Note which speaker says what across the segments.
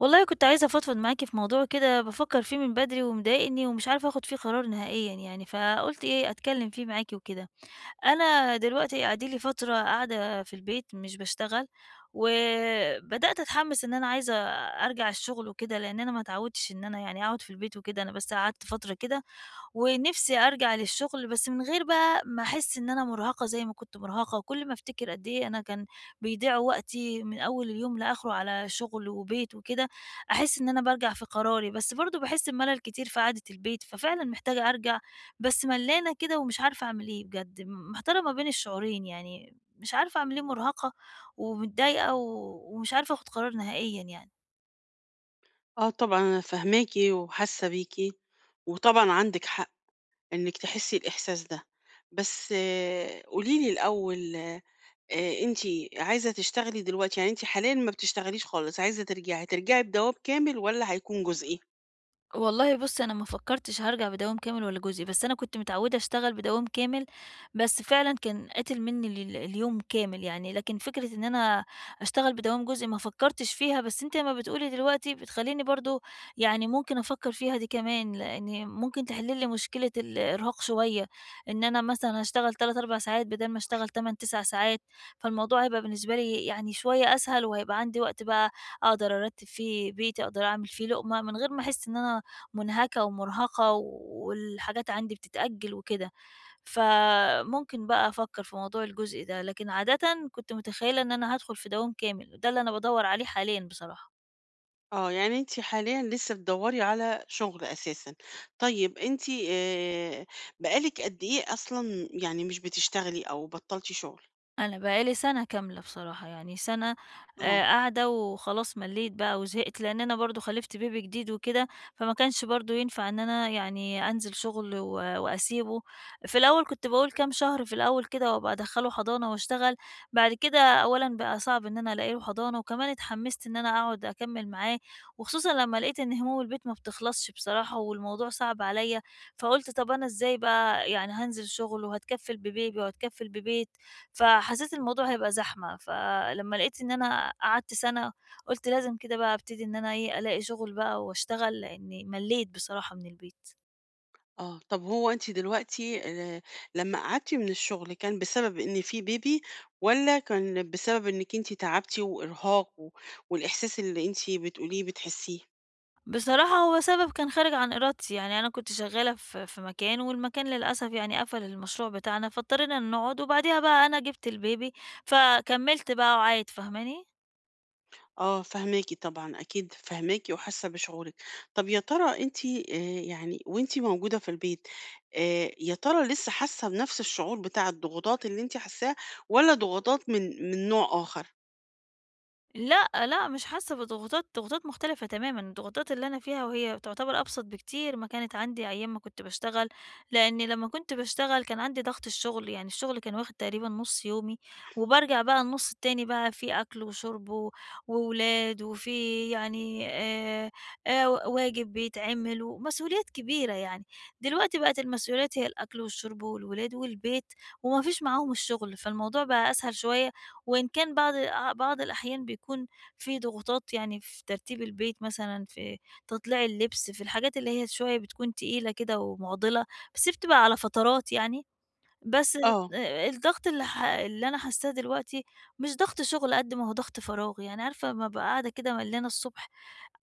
Speaker 1: والله كنت عايزة أفضفض معاكِ في موضوع كده، بافكّر فيه من بدري ومضايقني ومش عارفة آخُد فيه قرار نهائيًا يعني، فقُلت إيه، أتكلّم فيه معاكِ وكده. أنا دلوقتي أدي لي فترة قاعدة في البيت مش باشتغل، وبدأت أتحمّس إن أنا عايزة أرجع الشُغل وكده، لإن أنا ما اتعوّدتش إن أنا يعني أقعُد في البيت وكده. أنا بس قعدت فترة كده ونفسي أرجع للشغل، بس من غير بقى ما أحس إن أنا مرهقة زي ما كنت مرهقة، وكل ما أفتكر قد إيه أنا كان بيضيع وقتي من أول اليوم لآخره على شغل وبيت وكده، أحس إن أنا بارجع في قراري. بس برضه باحس بملل كتير في قعدة البيت، ففعلًا محتاجة أرجع، بس ملّانة كده ومش عارفة أعمل إيه بجد. محتارة ما بين الشعورين يعني، مش عارفة أعمل إيه، مرهقة ومتضايقة ومش عارفة آخد قرار نهائيًا يعني.
Speaker 2: آه، طبعًا أنا فاهماكِ وحاسة بيكِ، وطبعًا عندِك حق إنِّك تحسي الإحساس ده. بس قولي لي الأول، أنتِ عايزة تشتغلي دلوقتي؟ يعني أنتِ حاليًا ما بتشتغليش خالص، عايزة ترجعي، هترجعي بدوام كامل والّا هيكون جزئي؟
Speaker 1: والله بُص، أنا ما فكّرتش هارجع بدوام كامل والّا جزئي، بس أنا كنت متعوّدة أشتغل بدوام كامل، بس فعلًا كان قاتل منّي اليوم كامل يعني. لكن فكرة إن أنا أشتغل بدوام جزئي ما فكّرتش فيها، بس أنتِ أمّا بتقولي دلوقتي بتخلّيني برضه يعني ممكن أفكّر فيها دي كمان، لإن ممكن تحل لي مشكلة الإرهاق شوية. إن أنا مثلًا أشتغل 3، 4 ساعات بدال ما أشتغل 8، 9 ساعات، فالموضوع هيبقى بالنسبة لي يعني شوية أسهل، وهيبقى عندي وقت بقى أقدر أرتّب فيه بيتي، أقدر أعمل فيه لقمة، من غير ما أحس إن أنا مُنهكة ومُرهقة والحاجات عندي بتتأجل وكده. فممكن بقى أفكّر في موضوع الجزء ده، لكن عادةً كنت متخيلة إن أنا هادخل في دوام كامل، ده اللي أنا بادوّر عليه حاليًا بصراحة.
Speaker 2: آه، يعني أنتِ حاليًا لسه بتدوّري على شغل أساسًا. طيب أنتِ آآ بقى لِك قد إيه أصلًا يعني مش بتشتغلي أو بطّلتِ شغل؟
Speaker 1: أنا بقى لي سَنة كاملة بصراحة، يعني سَنة
Speaker 2: آه.
Speaker 1: قاعدة وخلاص، ملّيت بقى وزهقت، لإن أنا برضه خلِفت بيبي جديد وكده، فما كانش برضه ينفع إن أنا يعني أنزل شُغل وأسيبه. في الأول كنت باقول كام شهر في الأول كده وأبقى أدخّله حضانة وأشتغل، بعد كده أولًا بقى صعب إن أنا ألاقي له حضانة، وكمان اتحمّست إن أنا أقعد أكمّل معاه، وخصوصًا لمّا لقيت إن هِموم البيت ما بتخلصش بصراحة والموضوع صعب عليّا. فقُلت طَب أنا إزاي بقى يعني هانزل شُغل وهاتكفّل ببيبي وهاتكفّل ببيت، فحسيت الموضوع هيبقى زحمة. فلمّا لقيت إن أنا قعدت سَنة، قُلت لازم كده بقى أبتدي إن أنا إيه، ألاقي شغل بقى وأشتغل، لإني ملّيت بصراحة من البيت.
Speaker 2: آه، طب هو أنتِ دلوقتي لمّا قعدتِ من الشغل كان بسبب إن في بيبي، والّا كان بسبب إنِّك أنتِ تعبتِ وإرهاق و والإحساس اللي أنتِ بتقوليه بتحسيه؟
Speaker 1: بصراحة هو سبب كان خارج عن إرادتي، يعني أنا كنت شغّالة في مكان والمكان للأسف يعني قفل المشروع بتاعنا، فاضطرينا إن نقعد وبعديها بقى أنا جِبت البيبي، فكمّلت بقى وعايت، فاهماني؟
Speaker 2: آه، فاهماكِ طبعًا، أكيد فاهماكِ وحاسة بشعورِك. طب يا ترى أنتِ يعني وأنتِ موجودة في البيت، يا ترى لسه حاسة بنفس الشعور بتاع الضغوطات اللي أنتِ حاساه، والّا ضغوطات من نوع آخر؟
Speaker 1: لأ، لأ، مش حاسة بضغوطات، ضغوطات مختلفة تمامًا، الضغوطات اللي أنا فيها وهي تعتبر أبسط بكتير ما كانت عندي أيام ما كنت باشتغل. لإني لمّا كنت باشتغل كان عندي ضغط الشغل، يعني الشغل كان واخد تقريبًا نُص يومي، وبارجع بقى النُص التاني بقى في أكل وشرب وولاد وفي يعني، واجب بيتعمل ومسؤوليات كبيرة يعني. دلوقتي بقت المسؤوليات هي الأكل والشرب والولاد والبيت، وما فيش معاهم الشغل، فالموضوع بقى أسهل شوية، وإن كان بعض بعض الأحيان بيكون في ضغوطات، يعني في ترتيب البيت مثلًا، في تطليع اللبس، في الحاجات اللي هي شوية بتكون تقيلة كده ومعضلة، بس بتبقى على فترات يعني. بس
Speaker 2: آه.
Speaker 1: الضغط اللي اللي أنا حاساه دلوقتي مش ضغط شغل قد ما هو ضغط فراغ، يعني عارفة أمّا أبقى قاعدة كده ملّانة الصبح،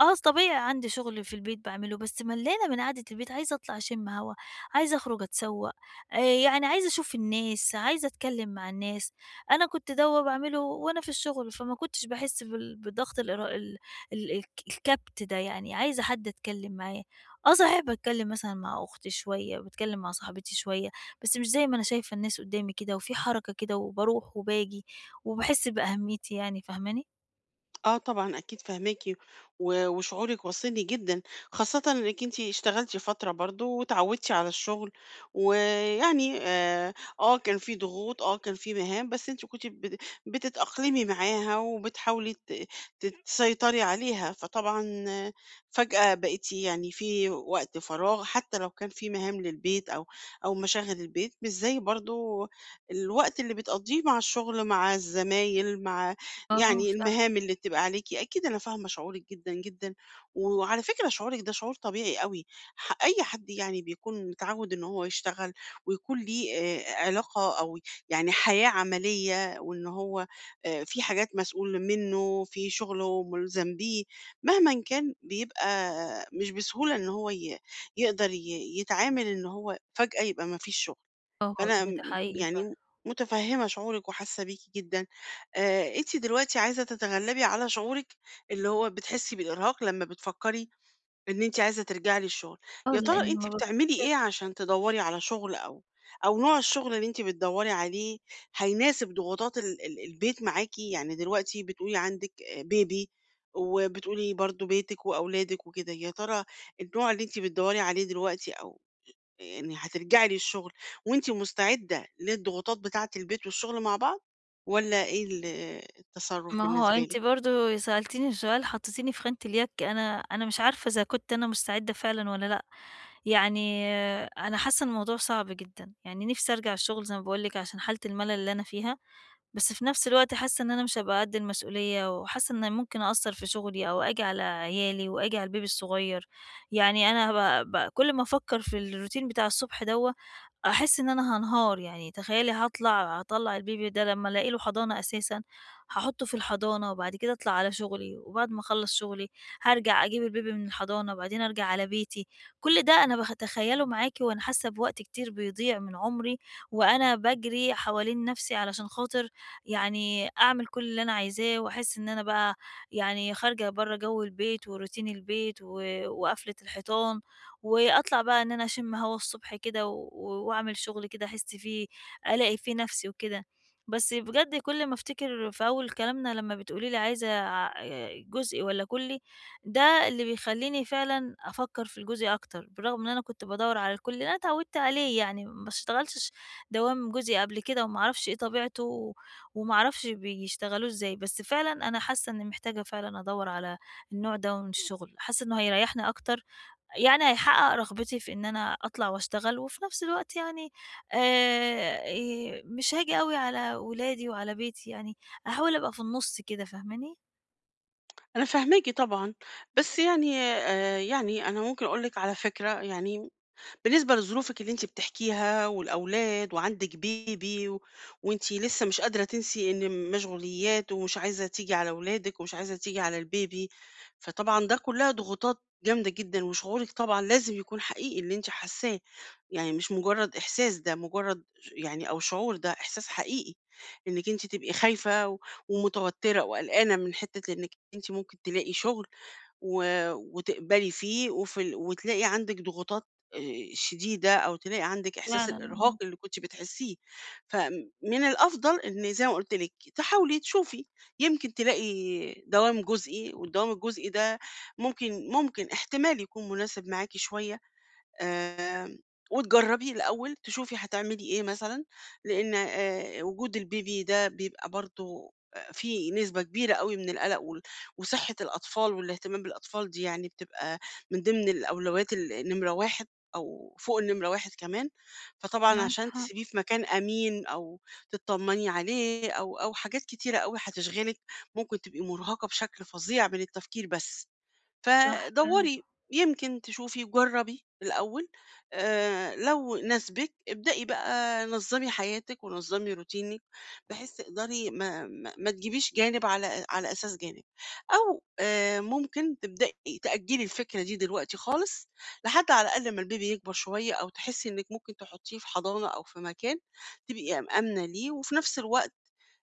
Speaker 1: أصل طبيعي عندي شغل في البيت باعمله، بس ملّانة من قعدة البيت، عايزة أطلع أشم هوا، عايزة أخرج أتسوّق، آآ يعني عايزة أشوف الناس، عايزة أتكلّم مع الناس. أنا كنت دَوّة باعمله وأنا في الشغل، فما كنتش باحس بضغط الإرا ال ال الك الكَبْت ده يعني، عايزة حد أتكلّم معاه. آه صحيح، باتكلّم مثلًا مع أختي شوية، باتكلّم مع صاحبتي شوية، بس مش زي ما أنا شايفة الناس قُدّامي كده وفي حركة كده وباروح وباجي وباحس بأهميتي يعني، فاهماني؟
Speaker 2: آه طبعًا أكيد فاهماكِ، وشعورِك واصلني جدًا، خاصةً إنِّك أنتِ اشتغلتِ فترة برضه واتعودتِ على الشغل، ويعني آه كان في ضغوط، آه كان في مهام، بس أنتِ كنتِ بتتأقلمي معاها وبتحاولي ت ت تسيطري عليها. فطبعًا آه، فجأة بقيتِ يعني في وقت فراغ، حتى لو كان في مهام للبيت أو مشاغل البيت، مش زي برضه الوقت اللي بتقضّيه مع الشغل، مع الزمايل، مع
Speaker 1: آه.
Speaker 2: يعني
Speaker 1: ف
Speaker 2: المهام اللي بتبقى عليكِ. أكيد أنا فاهمة شعورِك جدًا، جدًا، وعلى فكرة شعورِك ده شعور طبيعي أوي. أي حد يعني بيكون متعوّد إن هو يشتغل ويكون ليه علاقة أو يعني حياة عملية، وإن هو في حاجات مسؤول منّه، في شغله مُلزم بيه، مهمًا كان، بيبقى مش بسهولة إن هو ي يقدر يتعامل إن هو فجأة يبقى ما فيش شغل.
Speaker 1: آه
Speaker 2: فأنا
Speaker 1: والله ده حقيقي.
Speaker 2: يعني متفهّمة شعورِك وحاسة بيكِ جدًا. أنتِ دلوقتي عايزة تتغلّبي على شعورِك اللي هو بتحسّي بالإرهاق لمّا بتفكّري إن أنتِ عايزة ترجعي للشغل.
Speaker 1: آه،
Speaker 2: يا ترى
Speaker 1: لإن
Speaker 2: أنتِ
Speaker 1: ما
Speaker 2: بتعملي
Speaker 1: بافتكر.
Speaker 2: إيه عشان تدوّري على شغل؟ أو نوع الشغل اللي أنتِ بتدوّري عليه هيناسب ضغوطات ال ال البيت معاكِ؟ يعني دلوقتي بتقولي عندِك baby، وبتقولي برضه بيتِك وأولادِك وكده. يا ترى النوع اللي أنتِ بتدوّري عليه دلوقتي، أو يعني هترجعي للشغل وأنتِ مستعدة للضغوطات بتاعة البيت والشغل مع بعض، والّا إيه التصرُّف
Speaker 1: ما هو
Speaker 2: بالنسبة
Speaker 1: أنتِ
Speaker 2: لِك؟
Speaker 1: برضه سألتيني سؤال حطيتيني في خانة اليَك، أنا مش عارفة إذا كنت أنا مستعدة فعلًا والّا لأ. يعني أنا حاسة إن الموضوع صعب جدًا، يعني نِفْسي أرجع الشغل زي ما باقول لِك عشان حالة الملل اللي أنا فيها، بس في نَفْس الوقت حاسة إن أنا مش هابقى قد المسؤولية، وحاسة إن ممكن أأثّر في شغلي أو آجي على عيالي وآجي على البيبي الصغير، يعني أنا هابقى كل ما أفكّر في الroutine بتاع الصبح دوّة أحس إن أنا هانهار. يعني تخيّلي هاطلّع الBaby ده لمّا ألاقي له حضانة أساسًا، هاحطّه في الحضانة وبعد كده أطلع على شغلي، وبعد ما أخلّص شغلي هارجع أجيب الBaby من الحضانة، وبعدين أرجع على بيتي. كل ده أنا باتخيّله معاكِ وأنا حاسة بوقت كتير بيضيع من عمري، وأنا باجري حوالين نَفْسي علشان خاطر يعني أعمل كل اللي أنا عايزاه، وأحس إن أنا بقى يعني خارجة برّه جَوّ البيت وروتين البيت وقفلة الحيطان، وأطلع بقى إن أنا أشم هوا الصبح كده وأعمل شغل كده أحس فيه، ألاقي فيه نفسي وكده. بس بجد كل ما أفتكر في أول كلامنا لمّا بتقولي لي عايزة جزء والّا كُلّي، ده اللي بيخلّيني فعلًا أفكّر في الجزئي أكتر، بالرغم إن أنا كنت بادوّر على الكُلّي لأن أنا اتعودت عليه يعني، ما اشتغلتش دوام جزئي قبل كده وما أعرفش إيه طبيعته وما أعرفش بيشتغلوه إزاي. بس فعلًا أنا حاسة إني محتاجة فعلًا أدوّر على النوع ده من الشغل، حاسة إنه هيريّحني أكتر، يعني هيحقق رغبتي في إن أنا أطلع وأشتغل، وفي نفس الوقت يعني آآ مش هاجي أوي على ولادي وعلى بيتي يعني، هاحاول أبقى في النُص كده، فاهماني؟
Speaker 2: أنا فاهماكِ طبعًا، بس يعني يعني أنا ممكن أقول لِك على فكرة، يعني بالنسبة لظروفِك اللي أنتِ بتحكيها والأولاد وعندِك بيبي، وأنتِ لسه مش قادرة تنسي إن مشغوليات، ومش عايزة تيجي على ولادِك، ومش عايزة تيجي على البيبي. فطبعًا ده كلها ضغوطات جامدة جدًا، وشعورِك طبعًا لازم يكون حقيقي اللي أنتِ حاساه. يعني مش مجرد إحساس، ده مجرد يعني أو شعور، ده إحساس حقيقي إنِّك أنتِ تبقي خايفة ومتوترة وقلقانة من حتة إنِّك أنتِ ممكن تلاقي شغل و وتقبلي فيه وفي وتلاقي عندِك ضغوطات آآ شديدة، أو تلاقي عندِك إحساس
Speaker 1: فعلًا
Speaker 2: الإرهاق
Speaker 1: آه،
Speaker 2: اللي كنتِ بتحسيه. فمن الأفضل إن زي ما قُلت لِك تحاولي تشوفي، يمكن تلاقي دوام جزئي، والدوام الجزئي ده ممكن احتمال يكون مناسب معاكِ شوية. آمم، وتجرّبي الأول تشوفي هتعملي إيه مثلًا. لإن وجود الBaby ده بيبقى برضه فيه نسبة كبيرة أوي من القلق وصحة الأطفال والاهتمام بالأطفال، دي يعني بتبقى من ضمن الأولويات ال نمرة 1، أو فوق النمرة 1 كمان. فطبعًا
Speaker 1: معاكِ
Speaker 2: عشان
Speaker 1: حق.
Speaker 2: تسيبيه في مكان أمين، أو تتطمني عليه، أو حاجات كتيرة أوي هتشغلِك، ممكن تبقي مرهقة بشكل فظيع من التفكير بس.
Speaker 1: صح فعلًا.
Speaker 2: فدوّري، يمكن تشوفي، جرّبي الأول. لو ناسبِك ابدئي بقى نظّمي حياتِك ونظّمي روتينِك، بحيث تقدري ما تجيبيش جانب على أساس جانب. أو ممكن تبدئي تأجّلي الفكرة دي دلوقتي خالص، لحد على الأقل ما البيبي يكبر شوية، أو تحسّي إنِّك ممكن تحطّيه في حضانة أو في مكان تبقي أم آمنة ليه، وفي نفس الوقت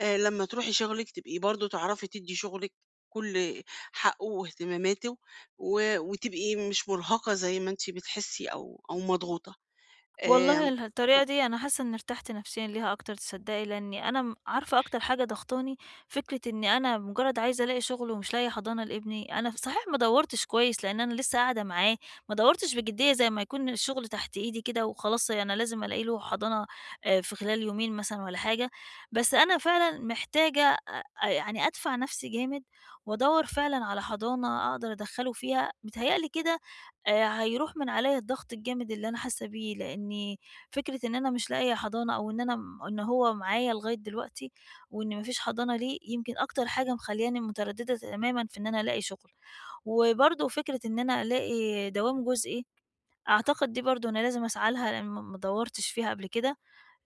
Speaker 2: لمّا تروحي شغلِك تبقي برضه تعرفي تدّي شغلِك كل حقه واهتماماته، وتبقي مش مرهقة زي ما أنتِ بتحسي أو مضغوطة.
Speaker 1: والله
Speaker 2: آمم.
Speaker 1: الطريقة دي أنا حاسة إني ارتحت نفسيًا ليها أكتر، تصدقي؟ لأني أنا عارفة أكتر حاجة ضاغطاني فكرة إني أنا مجرد عايزة ألاقي شغل ومش لاقية حضانة لابني، أنا صحيح ما دوّرتش كويس لأن أنا لسه قاعدة معاه، ما دوّرتش بجدية زي ما يكون الشغل تحت إيدي كده وخلاص، أنا لازم ألاقي له حضانة في خلال يومين مثلًا والّا حاجة. بس أنا فعلًا محتاجة يعني أدفع نفسي جامد وأدوّر فعلًا على حضانة أقدر أدخّله فيها، متهيأ لي كده هيروح من عليّا الضغط الجامد اللي أنا حاسة بيه، لإني فكرة إن أنا مش لاقية حضانة أو إن أنا إن هو معايا لغاية دلوقتي وإن ما فيش حضانة ليه، يمكن أكتر حاجة مخلّياني مترددة تمامًا في إن أنا ألاقي شغل. وبرضه فكرة إن أنا ألاقي دوام جزئي، أعتقد دي برضه أنا لازم أسعى لها لإن ما دوّرتش فيها قبل كده،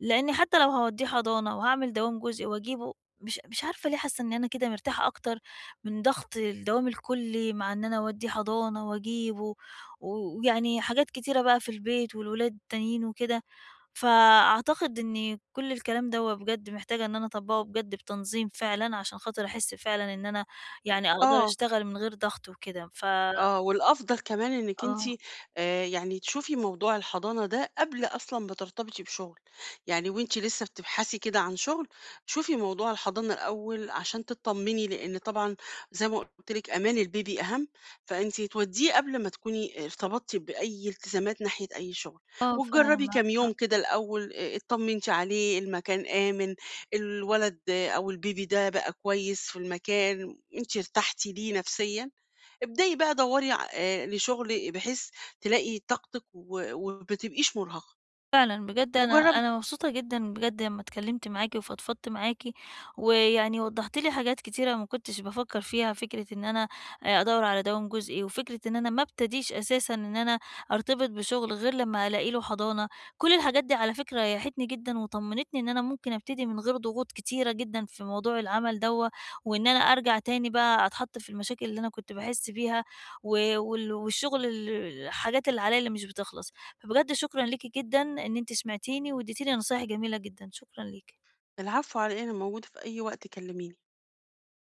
Speaker 1: لإني حتى لو هاودّيه حضانة وهاعمل دوام جزئي وأجيبه، مش عارفة ليه حاسة إن أنا كده مرتاحة أكتر من ضغط الدوام الكلّي مع إن أنا أودّيه حضانة وأجيبه، ويعني حاجات كتيرة بقى في البيت والولاد التانيين وكده. فأعتقد إن كل الكلام دوّة بجد محتاجة إن أنا أطبّقه بجد بتنظيم فعلًا عشان خاطر أحس فعلًا إن أنا يعني أقدر
Speaker 2: آه.
Speaker 1: أشتغل من غير ضغط وكده.
Speaker 2: آه، والأفضل كمان إنِّك أنتِ
Speaker 1: آه.
Speaker 2: يعني تشوفي موضوع الحضانة ده قبل أصلًا ما ترتبطي بشغل، يعني وأنتِ لسه بتبحثي كده عن شغل، شوفي موضوع الحضانة الأول عشان تطمني. لإن طبعًا زي ما قُلت لِك أمان البيبي أهم، فأنتِ تودّيه قبل ما تكوني ارتبطتِ بأي التزامات ناحية أي شغل،
Speaker 1: آه فعلًا
Speaker 2: وتجربي كام
Speaker 1: معاك.
Speaker 2: يوم كده الأول. اتطمنتِ عليه، المكان آمن، الولد آه، أو البيبي ده بقى كويس في المكان، أنتِ ارتحتِ ليه نفسيًا. ابدئي بقى دوري لشغل، بحيث تلاقي طاقتك وما تبقيش مرهقة،
Speaker 1: فعلًا، بجد أنا
Speaker 2: وجربي.
Speaker 1: أنا مبسوطة جدًا بجد لمّا اتكلمت معاكِ وفضفضت معاكِ، ويعني وضّحتِ لي حاجات كتيرة ما كنتش بافكّر فيها. فكرة إن أنا أدوّر على دوام جزئي، وفكرة إن أنا ما ابتديش أساسًا إن أنا أرتبط بشغل غير لمّا ألاقي له حضانة، كل الحاجات دي على فكرة ريّحتني جدًا وطمنتني إن أنا ممكن ابتدي من غير ضغوط كتيرة جدًا في موضوع العمل دوّة، وإن أنا أرجع تاني بقى أتحط في المشاكل اللي أنا كنت باحس بيها، و وال والشغل ال الحاجات اللي عليَّ اللي مش بتخلص. فبجد شكرًا ليكِ جدًا إن أنتِ سمعتيني واديتيني نصايح جميلة جدًا، شكرًا ليكِ.
Speaker 2: العفو على إيه، أنا موجودة في أي وقت، كلميني.